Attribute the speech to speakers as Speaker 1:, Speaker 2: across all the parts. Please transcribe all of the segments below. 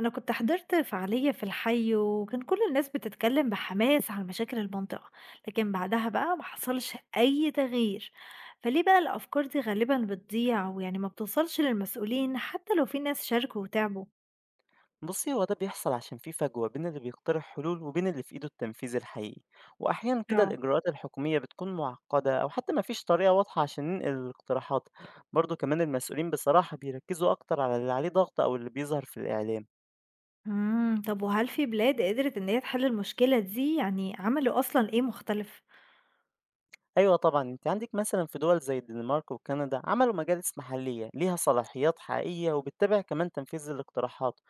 Speaker 1: أنا كنت حضرت فعالية في الحي وكان كل الناس بتتكلم بحماس عن مشاكل المنطقة، لكن بعدها بقى ما حصلش أي تغيير. فليه بقى الأفكار دي غالبا بتضيع ويعني ما بتوصلش للمسؤولين حتى لو في ناس شاركوا وتعبوا؟
Speaker 2: بصي، هو ده بيحصل عشان في فجوة بين اللي بيقترح حلول وبين اللي في إيده التنفيذ الحقيقي. وأحيانا كده
Speaker 1: اه.
Speaker 2: الإجراءات الحكومية بتكون معقدة أو حتى مفيش طريقة واضحة عشان ننقل الاقتراحات. برضو كمان المسؤولين بصراحة بيركزوا أكتر على اللي عليه ضغط أو اللي بيظهر في الإعلام.
Speaker 1: مم. طب وهل في بلاد قدرت إن هي تحل المشكلة دي؟ يعني عملوا أصلا إيه مختلف؟
Speaker 2: أيوة طبعا، أنت عندك مثلا في دول زي الدنمارك وكندا عملوا مجالس محلية ليها صلاحيات حقيقية وبتتابع كمان تنفيذ الاقتراحات.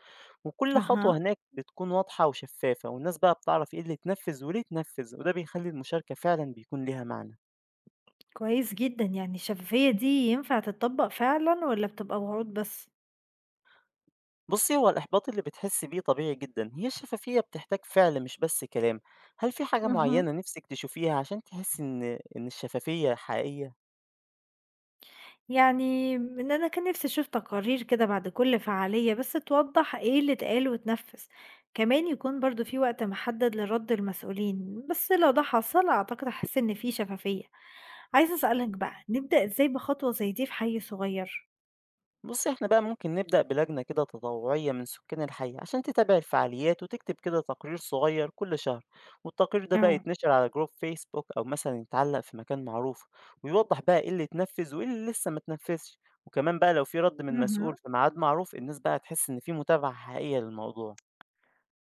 Speaker 2: وكل خطوة
Speaker 1: أها.
Speaker 2: هناك بتكون واضحة وشفافة، والناس بقى بتعرف إيه اللي اتنفذ وليه اتنفذ، وده بيخلي المشاركة فعلا بيكون ليها معنى.
Speaker 1: كويس جدا، يعني الشفافية دي ينفع تتطبق فعلا ولا بتبقى وعود بس؟
Speaker 2: بصي، هو الإحباط اللي بتحس بيه طبيعي جدا. هي الشفافية بتحتاج فعل مش بس كلام. هل في حاجة
Speaker 1: مهم.
Speaker 2: معينة نفسك تشوفيها عشان تحس إن الشفافية حقيقية؟
Speaker 1: يعني إن أنا كان نفسي أشوف تقارير كده بعد كل فعالية بس توضح إيه اللي اتقال واتنفذ. كمان يكون برضو في وقت محدد لرد المسؤولين، بس لو ده حصل أعتقد أحس إن في شفافية. عايزة أسألك بقى، نبدأ إزاي بخطوة زي دي في حي صغير؟
Speaker 2: بصي، احنا بقى ممكن نبدأ بلجنة كده تطوعية من سكان الحي عشان تتابع الفعاليات وتكتب كده تقرير صغير كل شهر. والتقرير ده بقى
Speaker 1: اه.
Speaker 2: يتنشر على جروب فيسبوك أو مثلا يتعلق في مكان معروف، ويوضح بقى ايه اللي اتنفذ وايه اللي لسه ما اتنفذش. وكمان بقى لو في رد من مسؤول
Speaker 1: مهم.
Speaker 2: في ميعاد معروف، الناس بقى هتحس إن في متابعة حقيقية للموضوع.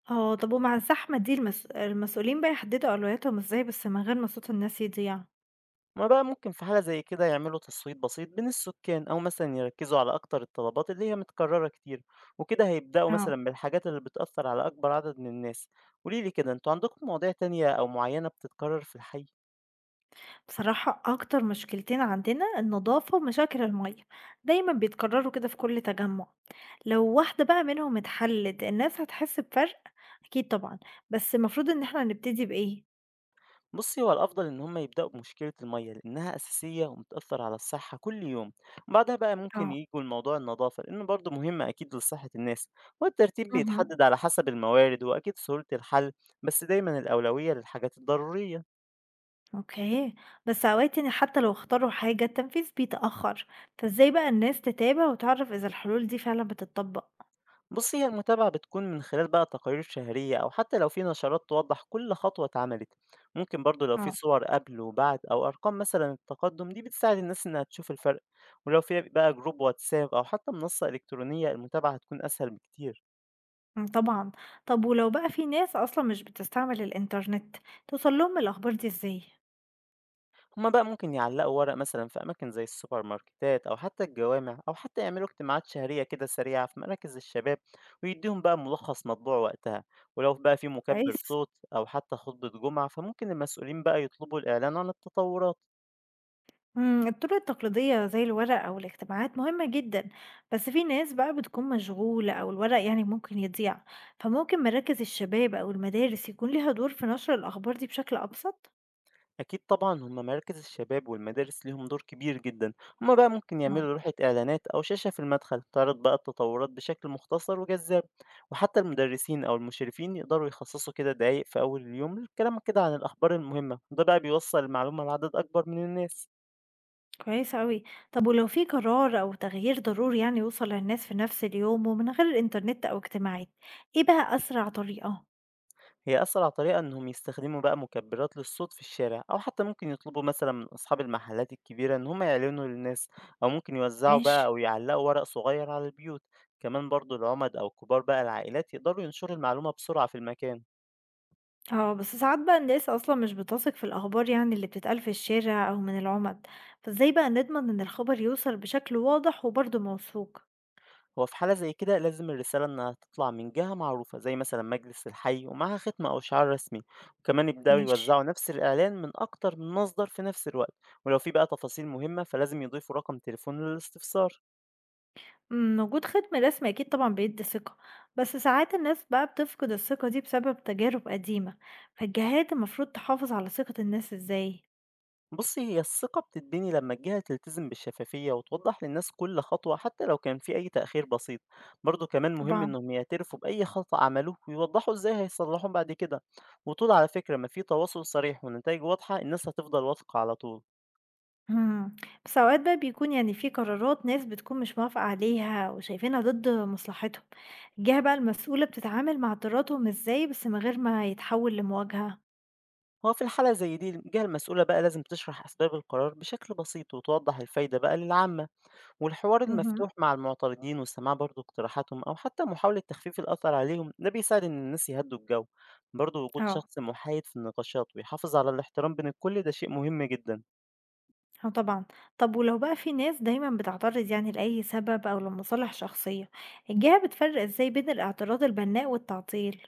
Speaker 1: اه، طب ومع الزحمة دي المسؤولين بقى يحددوا أولوياتهم إزاي بس من غير ما صوت الناس يضيع؟
Speaker 2: هُم بقى ممكن في حالة زي كده يعملوا تصويت بسيط بين السكان، أو مثلًا يركزوا على أكتر الطلبات اللي هي متكررة كتير، وكده هيبدأوا
Speaker 1: اه.
Speaker 2: مثلًا بالحاجات اللي بتأثر على أكبر عدد من الناس. قولي لي كده، أنتم عندكم مواضيع تانية أو معينة بتتكرر في الحي؟
Speaker 1: بصراحة أكتر مشكلتين عندنا النظافة ومشاكل المية، دايما بيتكرروا كده في كل تجمع. لو واحدة بقى منهم اتحلت، الناس هتحس بفرق؟ أكيد طبعًا، بس المفروض إن إحنا نبتدي بإيه؟
Speaker 2: بُصّي، هو الأفضل إن هُم يبدأوا بمشكلة المَيّة، لإنها أساسية وبتأثر على الصحة كل يوم، وبعدها بقى ممكن
Speaker 1: آه.
Speaker 2: ييجوا لموضوع النضافة، لإنه برضه مهم أكيد لصحة الناس، والترتيب
Speaker 1: اهم،
Speaker 2: بيتحدد على حسب الموارد وأكيد سهولة الحل، بس دايمًا الأولوية للحاجات الضرورية.
Speaker 1: أوكي، بس أوقات يعني حتى لو اختاروا حاجة التنفيذ بيتأخر، فإزاي بقى الناس تتابع وتعرف إذا الحلول دي فعلًا بتطبق؟
Speaker 2: بصي، هي المتابعة بتكون من خلال بقى تقارير شهرية أو حتى لو في نشرات توضح كل خطوة اتعملت. ممكن برضو لو في
Speaker 1: آه.
Speaker 2: صور قبل وبعد أو أرقام مثلا التقدم دي بتساعد الناس إنها تشوف الفرق. ولو في بقى جروب واتساب أو حتى منصة إلكترونية، المتابعة هتكون أسهل بكتير.
Speaker 1: طبعًا، طب ولو بقى في ناس أصلًا مش بتستعمل الإنترنت، توصل لهم الأخبار دي إزاي؟
Speaker 2: هما بقى ممكن يعلقوا ورق مثلا في أماكن زي السوبر ماركتات أو حتى الجوامع، أو حتى يعملوا اجتماعات شهرية كده سريعة في مراكز الشباب ويديهم بقى ملخص مطبوع وقتها. ولو بقى في مكبر
Speaker 1: كويس.
Speaker 2: صوت أو حتى خطبة جمعة، فممكن المسؤولين بقى يطلبوا الإعلان عن التطورات.
Speaker 1: الطرق التقليدية زي الورق أو الاجتماعات مهمة جدًا، بس في ناس بقى بتكون مشغولة أو الورق يعني ممكن يضيع، فممكن مراكز الشباب أو المدارس يكون ليها دور في نشر الأخبار دي بشكل أبسط؟
Speaker 2: أكيد طبعا، هما مراكز الشباب والمدارس ليهم دور كبير جدا. هما بقى ممكن
Speaker 1: آه.
Speaker 2: يعملوا لوحة إعلانات أو شاشة في المدخل تعرض بقى التطورات بشكل مختصر وجذاب. وحتى المدرسين أو المشرفين يقدروا يخصصوا كده دقايق في أول اليوم للكلام كده عن الأخبار المهمة، وده بقى بيوصل المعلومة لعدد أكبر من الناس.
Speaker 1: كويس أوي، طب ولو في قرار أو تغيير ضروري يعني يوصل للناس في نفس اليوم ومن غير الإنترنت أو اجتماعات، إيه بقى أسرع طريقة؟
Speaker 2: هي أسرع طريقة إنهم يستخدموا بقى مكبرات للصوت في الشارع، أو حتى ممكن يطلبوا مثلا من أصحاب المحلات الكبيرة إن هم يعلنوا للناس، أو ممكن يوزعوا بقى
Speaker 1: ماشي.
Speaker 2: أو يعلقوا ورق صغير على البيوت. كمان برضو العمد أو كبار بقى العائلات يقدروا ينشروا المعلومة بسرعة في المكان.
Speaker 1: آه، بس ساعات بقى الناس أصلا مش بتثق في الأخبار، يعني اللي بتتقال في الشارع أو من العمد. فازاي بقى نضمن إن الخبر يوصل بشكل واضح وبرضه موثوق؟
Speaker 2: هو في حالة زي كده لازم الرسالة إنها تطلع من جهة معروفة زي مثلا مجلس الحي ومعها ختمة أو شعار رسمي، وكمان يبدأوا
Speaker 1: ماشي.
Speaker 2: يوزعوا نفس الإعلان من أكتر من مصدر في نفس الوقت. ولو في بقى تفاصيل مهمة، فلازم يضيفوا رقم تليفون للاستفسار.
Speaker 1: مم، وجود ختم رسمي أكيد طبعا بيدي ثقة، بس ساعات الناس بقى بتفقد الثقة دي بسبب تجارب قديمة. فالجهات المفروض تحافظ على ثقة الناس ازاي؟
Speaker 2: بصي، هي الثقة بتتبني لما الجهة تلتزم بالشفافية وتوضح للناس كل خطوة حتى لو كان في أي تأخير بسيط. برضه كمان مهم
Speaker 1: طبعا.
Speaker 2: إنهم يعترفوا بأي خطأ عملوه ويوضحوا إزاي هيصلحوه بعد كده. وطول على فكرة ما في تواصل صريح ونتائج واضحة، الناس هتفضل واثقة على طول.
Speaker 1: إمم. بس أوقات بقى بيكون يعني في قرارات ناس بتكون مش موافقة عليها وشايفينها ضد مصلحتهم، الجهة بقى المسؤولة بتتعامل مع اعتراضهم إزاي بس من غير ما يتحول لمواجهة؟
Speaker 2: هو في الحالة زي دي الجهة المسؤولة بقى لازم تشرح أسباب القرار بشكل بسيط وتوضح الفايدة بقى للعامة. والحوار
Speaker 1: اهم،
Speaker 2: المفتوح مع المعترضين وسماع برضه اقتراحاتهم أو حتى محاولة تخفيف الأثر عليهم، ده بيساعد إن الناس يهدوا الجو. برضه وجود
Speaker 1: آه،
Speaker 2: شخص محايد في النقاشات ويحافظ على الاحترام بين الكل ده شيء مهم جدا.
Speaker 1: آه طبعًا. طب ولو بقى في ناس دايمًا بتعترض يعني لأي سبب أو لمصالح شخصية، الجهة بتفرق إزاي بين الاعتراض البناء والتعطيل؟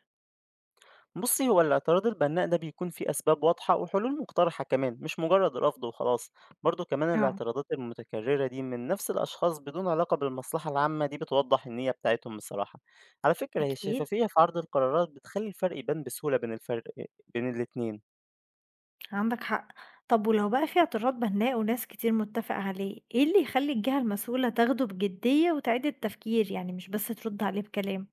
Speaker 2: بصي، هو الاعتراض البناء ده بيكون فيه أسباب واضحة وحلول مقترحة، كمان مش مجرد رفض وخلاص. برضه كمان
Speaker 1: آه،
Speaker 2: الاعتراضات المتكررة دي من نفس الأشخاص بدون علاقة بالمصلحة العامة دي بتوضح النية بتاعتهم بصراحة. على فكرة، هي
Speaker 1: أكيد.
Speaker 2: الشفافية في عرض القرارات بتخلي الفرق يبان بسهولة بين الاتنين.
Speaker 1: عندك حق. طب ولو بقى في اعتراض بناء وناس كتير متفق عليه، ايه اللي يخلي الجهة المسؤولة تاخده بجدية وتعيد التفكير، يعني مش بس ترد عليه بكلام؟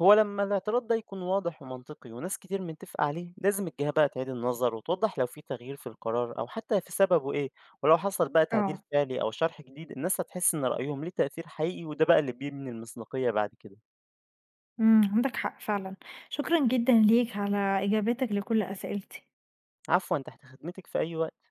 Speaker 2: هو لما الاعتراض ده يكون واضح ومنطقي وناس كتير متفقة عليه، لازم الجهة بقى تعيد النظر وتوضح لو في تغيير في القرار أو حتى في سببه إيه. ولو حصل بقى تعديل
Speaker 1: اه.
Speaker 2: فعلي أو شرح جديد، الناس هتحس إن رأيهم ليه تأثير حقيقي، وده بقى اللي بيبني المصداقية بعد كده.
Speaker 1: عندك حق فعلا. شكرا جدا ليك على اجابتك لكل اسئلتي.
Speaker 2: عفوا، تحت خدمتك في أي وقت.